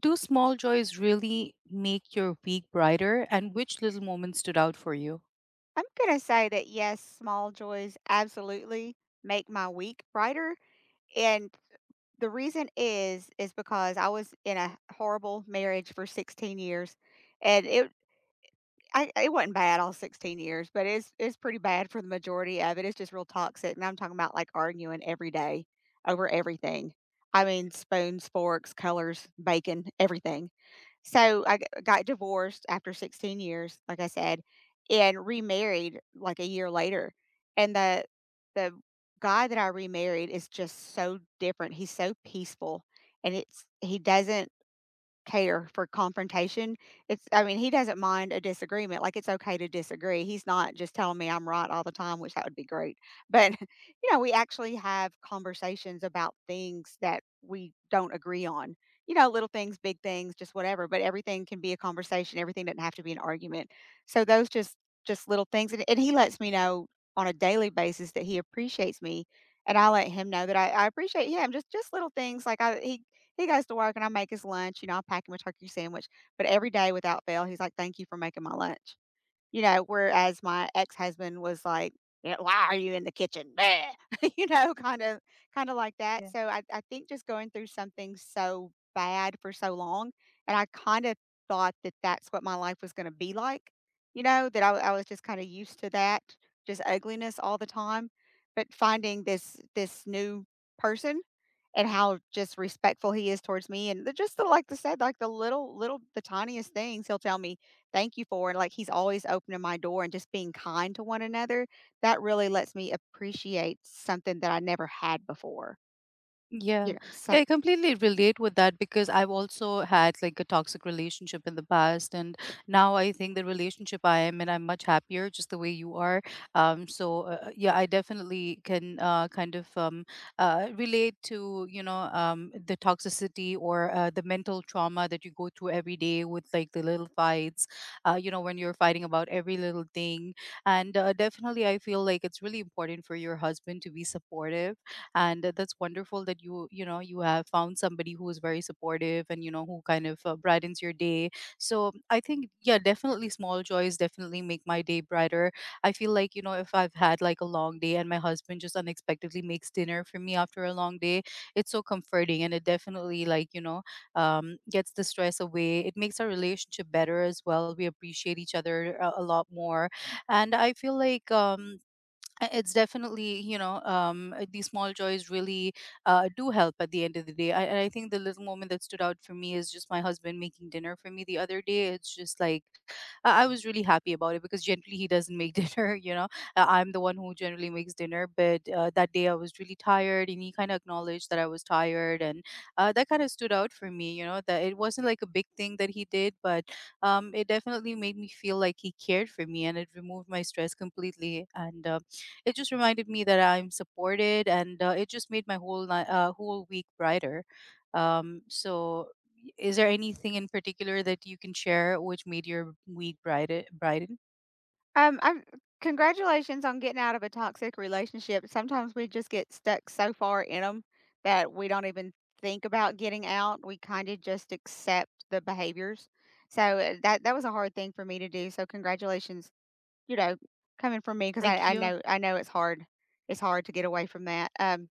Do small joys really make your week brighter? And which little moment stood out for you? I'm going to say that yes, small joys absolutely make my week brighter. And the reason is because I was in a horrible marriage for 16 years and it wasn't bad all 16 years, but it's pretty bad for the majority of it. It's just real toxic. And I'm talking about like arguing every day over everything. I mean, spoons, forks, colors, bacon, everything, so I g got divorced after 16 years, like I said, and remarried like a year later. And the guy that I remarried is just so different. He's so peaceful and it's he doesn't care for confrontation. It's I mean, he doesn't mind a disagreement. Like it's okay to disagree. He's not just telling me I'm right all the time, which that would be great. But we actually have conversations about things that we don't agree on. You know, little things, big things, just whatever, but everything can be a conversation. Everything doesn't have to be an argument. So those just little things, and he lets me know on a daily basis that he appreciates me, and I let him know that I appreciate him. Just little things like I he goes to work and I make his lunch. I pack him a turkey sandwich, but every day without fail, he's like, "Thank you for making my lunch." You know, whereas my ex-husband was like, "Yeah, why are you in the kitchen? Bleh." You know, kind of kind of like that. So I think just going through something so bad for so long, and I kind of thought that that's what my life was gonna be like. I was just kind of used to that, just ugliness all the time. But finding this new person and how just respectful he is towards me, and the, just the like I said, like the little little the tiniest things he'll tell me thank you for, and like he's always opening my door and just being kind to one another. That really lets me appreciate something that I never had before. You Yeah. know, Yeah, some I completely relate with that because I've also had like a toxic relationship in the past and now I think the relationship I am in I'm much happier just the way you are. Yeah, I definitely can kind of relate to, you know, the toxicity or the mental trauma that you go through every day with like the little fights, you know, when you're fighting about every little thing and definitely I feel like it's really important for your husband to be supportive, and that's wonderful that you know, you have found somebody who is very supportive, and you know who kind of brightens your day. So I think, yeah, definitely small joys definitely make my day brighter. I feel like, you know, if I've had like a long day and my husband just unexpectedly makes dinner for me after a long day, it's so comforting, and it definitely like, you know, gets the stress away. It makes our relationship better as well. We appreciate each other a lot more. And I feel like it's definitely, you know, these small joys really do help at the end of the day. And I think the little moment that stood out for me is just my husband making dinner for me the other day. It's just like I was really happy about it because generally he doesn't make dinner, you know. I'm the one who generally makes dinner, but that day I was really tired and he kind of acknowledged that I was tired. And that kind of stood out for me, you know, that it wasn't like a big thing that he did, but it definitely made me feel like he cared for me and it removed my stress completely. And it just reminded me that I'm supported, and it just made my whole whole week brighter. Um, so, is there anything in particular that you can share which made your week brighter? Brighten? I'm Congratulations on getting out of a toxic relationship. Sometimes we just get stuck so far in them that we don't even think about getting out. We kind of just accept the behaviors. So that was a hard thing for me to do. So congratulations, you know, coming from me, because I Thank I you. know I know it's hard. It's hard to get away from that.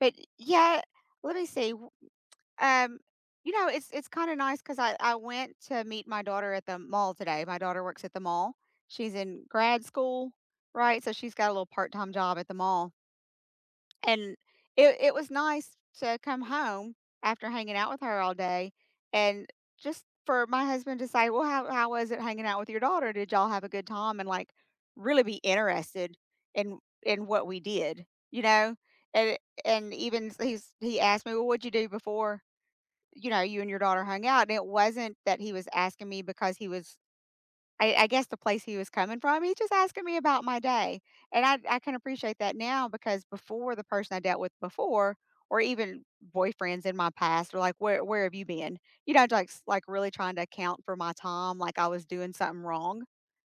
But yeah, let me see. W um, you know, it's kinda nice because I went to meet my daughter at the mall today. My daughter works at the mall. She's in grad school, right? So she's got a little part-time job at the mall. And it was nice to come home after hanging out with her all day, and just for my husband to say, "Well, how was it hanging out with your daughter? Did y'all have a good time?" And, like, really be interested in what we did, you know? And and even s He's he asked me, "Well, what'd you do before, you know, you and your daughter hung out?" And it wasn't that he was asking me because he was, I guess, the place he was coming from. He's just asking me about my day, and I can appreciate that now, because before, the person I dealt with before, or even boyfriends in my past, were like, "Where have you been?" You know, like like really trying to account for my time, like I was doing something wrong.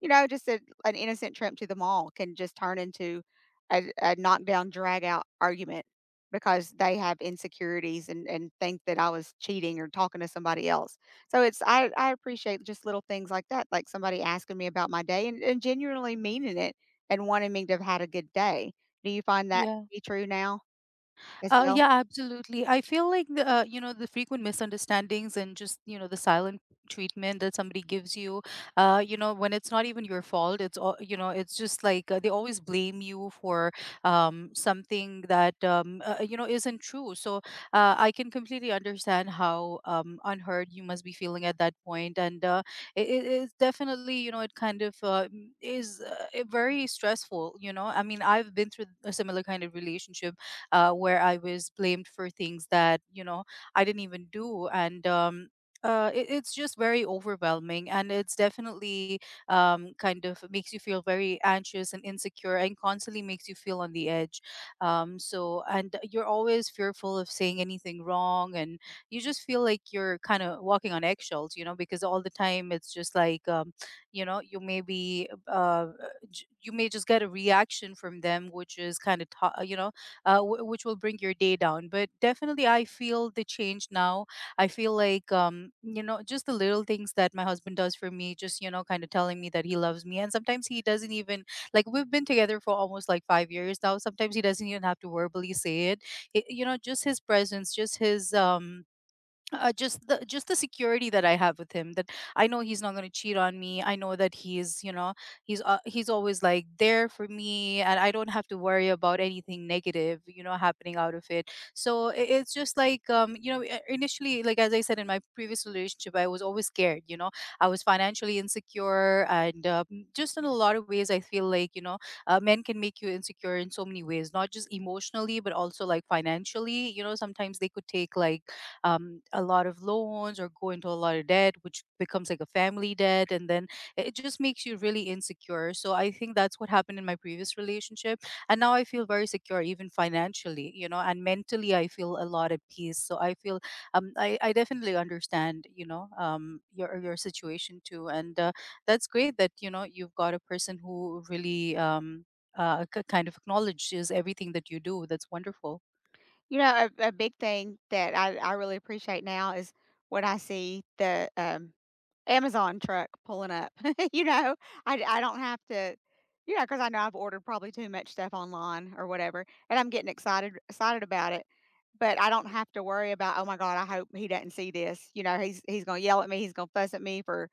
You know, just a an innocent trip to the mall can just turn into a knockdown drag out argument, because they have insecurities and think that I was cheating or talking to somebody else. So it's I appreciate just little things like that, like somebody asking me about my day, and genuinely meaning it and wanting me to have had a good day. Do you find that Yeah. to be true now as well? Yeah, absolutely. I feel like the you know, the frequent misunderstandings and just, you know, the silent treatment that somebody gives you, you know, when it's not even your fault. It's all, you know. It's just like they always blame you for something that you know, isn't true. So I can completely understand how unheard you must be feeling at that point. And it is definitely, you know, it kind of is very stressful. You know, I mean, I've been through a similar kind of relationship where I was blamed for things that, you know, I didn't even do. And it's just very overwhelming, and it's definitely kind of makes you feel very anxious and insecure, and constantly makes you feel on the edge. And you're always fearful of saying anything wrong, and you just feel like you're kind of walking on eggshells, you know, because all the time it's just like, you know, you may be, you may just get a reaction from them, which is kind of, you know, which will bring your day down. But definitely, I feel the change now. I feel like, you know, just the little things that my husband does for me, just, you know, kind of telling me that he loves me. And sometimes he doesn't even, like, we've been together for almost like 5 years now. Sometimes he doesn't even have to verbally say it. You know, just his presence, just his, just the security that I have with him, that I know he's not going to cheat on me. I know that he's, you know, he's always like there for me, and I don't have to worry about anything negative, you know, happening out of it. So it's just like, you know, initially, like as I said, in my previous relationship, I was always scared. You know, I was financially insecure. And just in a lot of ways, I feel like, you know, men can make you insecure in so many ways, not just emotionally but also like financially. You know, sometimes they could take like a lot of loans or go into a lot of debt, which becomes like a family debt. And then it just makes you really insecure. So I think that's what happened in my previous relationship. And now I feel very secure, even financially, you know, and mentally, I feel a lot at peace. So I feel I definitely understand, you know, your situation too. And that's great that, you know, you've got a person who really kind of acknowledges everything that you do. That's wonderful. You know, a big thing that I really appreciate now is when I see the Amazon truck pulling up, you know? I don't have to, you know, because I know I've ordered probably too much stuff online or whatever, and I'm getting excited about it, but I don't have to worry about, "Oh my god, I hope he doesn't see this. You know, he's gonna yell at me, he's gonna fuss at me for,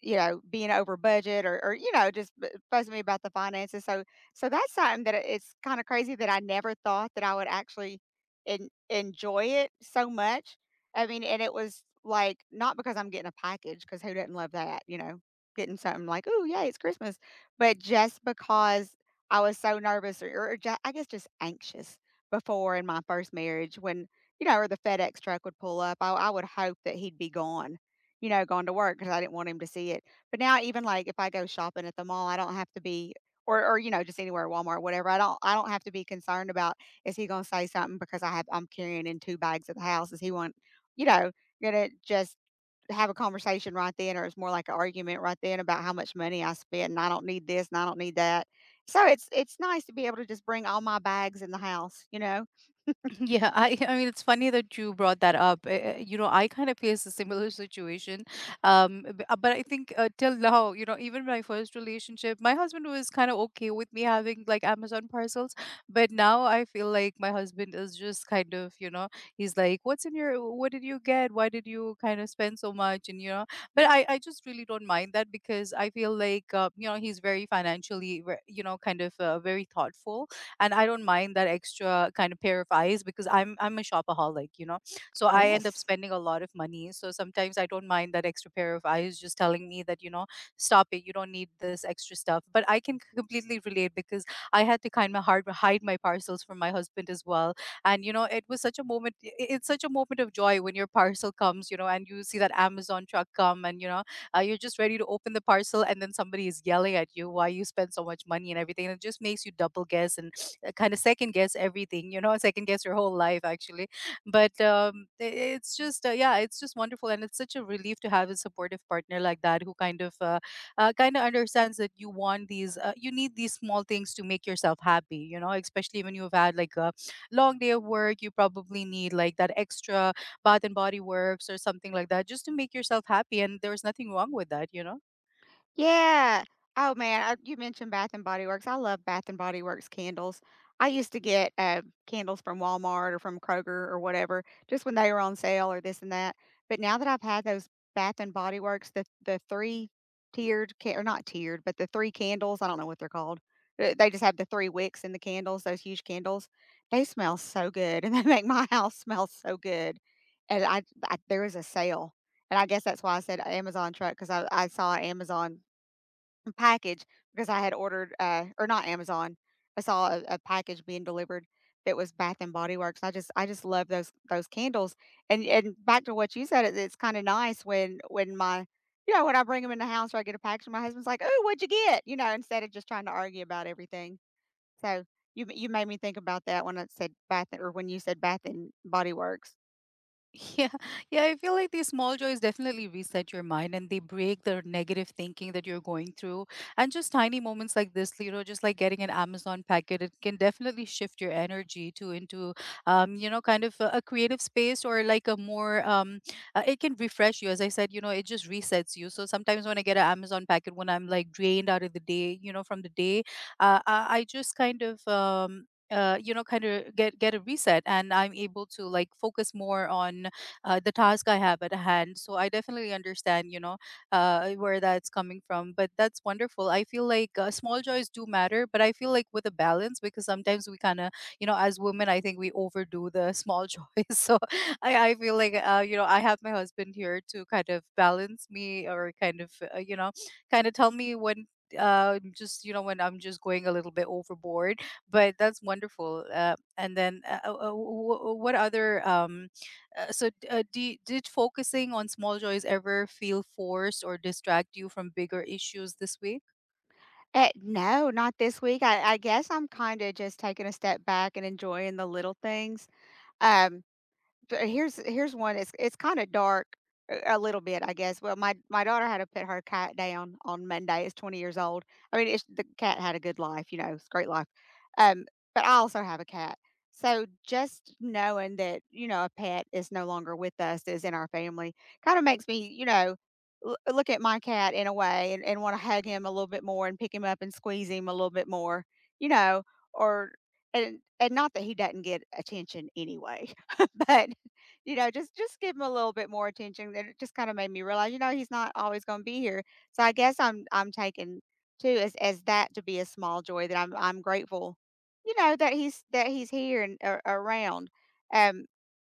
you know, being over budget, or you know, just b fussing me about the finances." So so that's something that it's kinda crazy that I never thought that I would actually en enjoy it so much. I mean, and it was, like, not because I'm getting a package, because who doesn't love that, you know? Getting something like, "Oh yeah, it's Christmas," but just because I was so nervous or ju I guess, just anxious before in my first marriage when, you know, or the FedEx truck would pull up, I would hope that he'd be gone, you know, gone to work, because I didn't want him to see it. But now even, like, if I go shopping at the mall, I don't have to be, or, you know, just anywhere, Walmart, whatever, I don't have to be concerned about, "Is he gonna say something because I'm carrying in 2 bags at the house? Is he want", you know, gonna just have a conversation right then? Or it's more like an argument right then about how much money I spent, and I don't need this, and I don't need that. So it's nice to be able to just bring all my bags in the house, you know? Yeah, I mean, it's funny that you brought that up. You know, I kind of faced a similar situation. But I think, till now, you know, even my first relationship, my husband was kind of okay with me having like Amazon parcels. But now I feel like my husband is just kind of, you know, he's like, "What's in your? What did you get? Why did you kind of spend so much?" And, you know, but I just really don't mind that because I feel like, you know, he's very financially, you know, kind of very thoughtful. And I don't mind that extra kind of pair of eyes, because I'm a shopaholic, you know. So I end up Yes. spending a lot of money. So sometimes I don't mind that extra pair of eyes just telling me that, you know, stop it, you don't need this extra stuff. But I can completely relate because I had to kind of hard hide my parcels from my husband as well. And you know, it was such a it's such a moment of joy when your parcel comes, you know, and you see that Amazon truck come. And, you know, you're just ready to open the parcel, and then somebody is yelling at you why you spend so much money and everything. And it just makes you double guess and kind of second guess everything, you know, second guess your whole life, actually. But it's just, yeah, it's just wonderful. And it's such a relief to have a supportive partner like that, who kind of understands that you want these, you need these small things to make yourself happy, you know, especially when you've had like a long day of work. You probably need like that extra Bath and Body Works or something like that just to make yourself happy, and there was nothing wrong with that, you know? Yeah. Oh man, I, you mentioned Bath and Body Works. I love Bath and Body Works candles. I used to get candles from Walmart or from Kroger or whatever, just when they were on sale or this and that. But now that I've had those Bath and Body Works, the three tiered ca- or not tiered, but the three candles. I don't know what they're called. They just have the three wicks in the candles. Those huge candles. They smell so good, and they make my house smell so good. And I, there was a sale, and I guess that's why I said Amazon truck, because I saw Amazon package because I had ordered, or not Amazon. I saw a package being delivered that was Bath and Body Works. I just love those candles. And back to what you said, it's kind of nice when my you know, when I bring them in the house or I get a package, my husband's like, "Oh, what'd you get?" You know, instead of just trying to argue about everything. So you made me think about that when I said Bath, or when you said Bath and Body Works. Yeah, yeah, I feel like these small joys definitely reset your mind and they break the negative thinking that you're going through. And just tiny moments like this, you know, just like getting an Amazon packet, it can definitely shift your energy to into, you know, kind of a creative space, or like a more, it can refresh you. As I said, you know, it just resets you. So sometimes when I get an Amazon packet, when I'm like drained out of the day, you know, from the day, I just kind of, you know, kind of get a reset, and I'm able to like focus more on the task I have at hand. So I definitely understand, you know, where that's coming from. But that's wonderful. I feel like, small joys do matter, but I feel like with a balance, because sometimes we kind of, you know, as women, I think we overdo the small joys. So I feel like, you know, I have my husband here to kind of balance me, or kind of, you know, kind of tell me when just, you know, when I'm just going a little bit overboard. But that's wonderful. And then what other do did focusing on small joys ever feel forced or distract you from bigger issues this way? No, not this week. I guess I'm kind of just taking a step back and enjoying the little things. Um, But here's one, it's kinda dark a little bit, I guess. Well, my daughter had to put her cat down on Monday. It's 20 years old. I mean, it's the cat had a good life, you know, it's a great life. Um, but I also have a cat. So just knowing that, you know, a pet is no longer with us, is in our family, kinda makes me, you know, look at my cat in a way and wanna hug him a little bit more and pick him up and squeeze him a little bit more, you know, or and not that he doesn't get attention anyway, but you know, just give him a little bit more attention. That it just kind of made me realize, you know, he's not always going to be here. So I guess I'm taking too as that to be a small joy, that I'm grateful, you know, that he's here and a around. Um,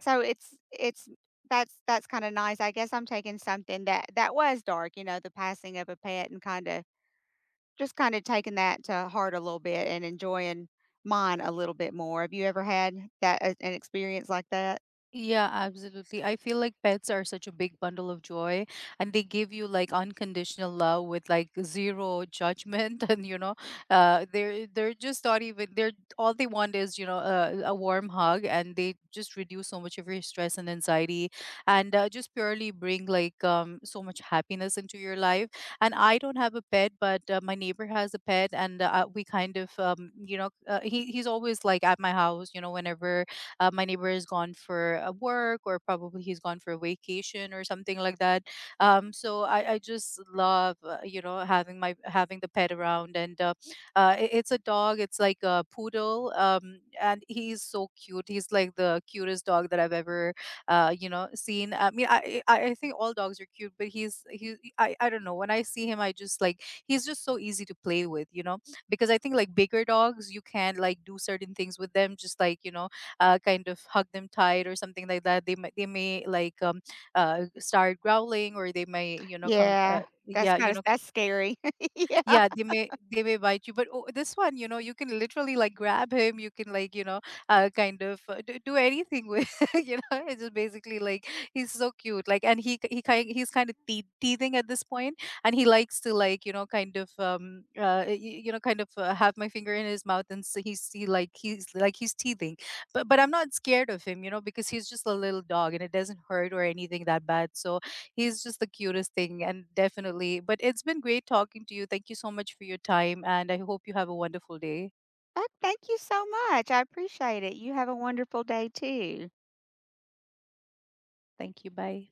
so it's that's kind of nice. I guess I'm taking something that that was dark, you know, the passing of a pet, and kind of just kind of taking that to heart a little bit and enjoying mine a little bit more. Have you ever had that, as an experience like that? Yeah, absolutely. I feel like pets are such a big bundle of joy, and they give you like unconditional love with like zero judgment and, you know, they're just not even they're All they want is, you know, a warm hug, and they just reduce so much of your stress and anxiety, and just purely bring like so much happiness into your life. And I don't have a pet, but my neighbor has a pet. And we kind of, you know, he he's always like at my house, you know, whenever my neighbor is gone for work, or probably he's gone for vacation or something like that. So I just love, you know, having the pet around. And it's a dog. It's like a poodle. And he's so cute. He's like the cutest dog that I've ever you know, seen. I mean, I think all dogs are cute, but he's he I don't know, when I see him, I just like, he's just so easy to play with, you know, because I think like bigger dogs, you can like do certain things with them. Just like, you know, kind of hug them tight or something like that, they might, they may like, start growling, or they may, you know, come, Yeah, yeah, you know, that's scary. Yeah. yeah, they may bite you. But oh, this one, you know, you can literally like grab him. You can like, you know, kind of, do anything with. You know, it's just basically like, he's so cute. Like, and he's kind of teething at this point, and he likes to like, you know, kind of, you know, kind of have my finger in his mouth. And so he's he like he's teething, but I'm not scared of him, you know, because he's just a little dog and it doesn't hurt or anything that bad. So he's just the cutest thing, and definitely. But it's been great talking to you. Thank you so much for your time, and I hope you have a wonderful day. Well, thank you so much, I appreciate it. You have a wonderful day too. Thank you. Bye.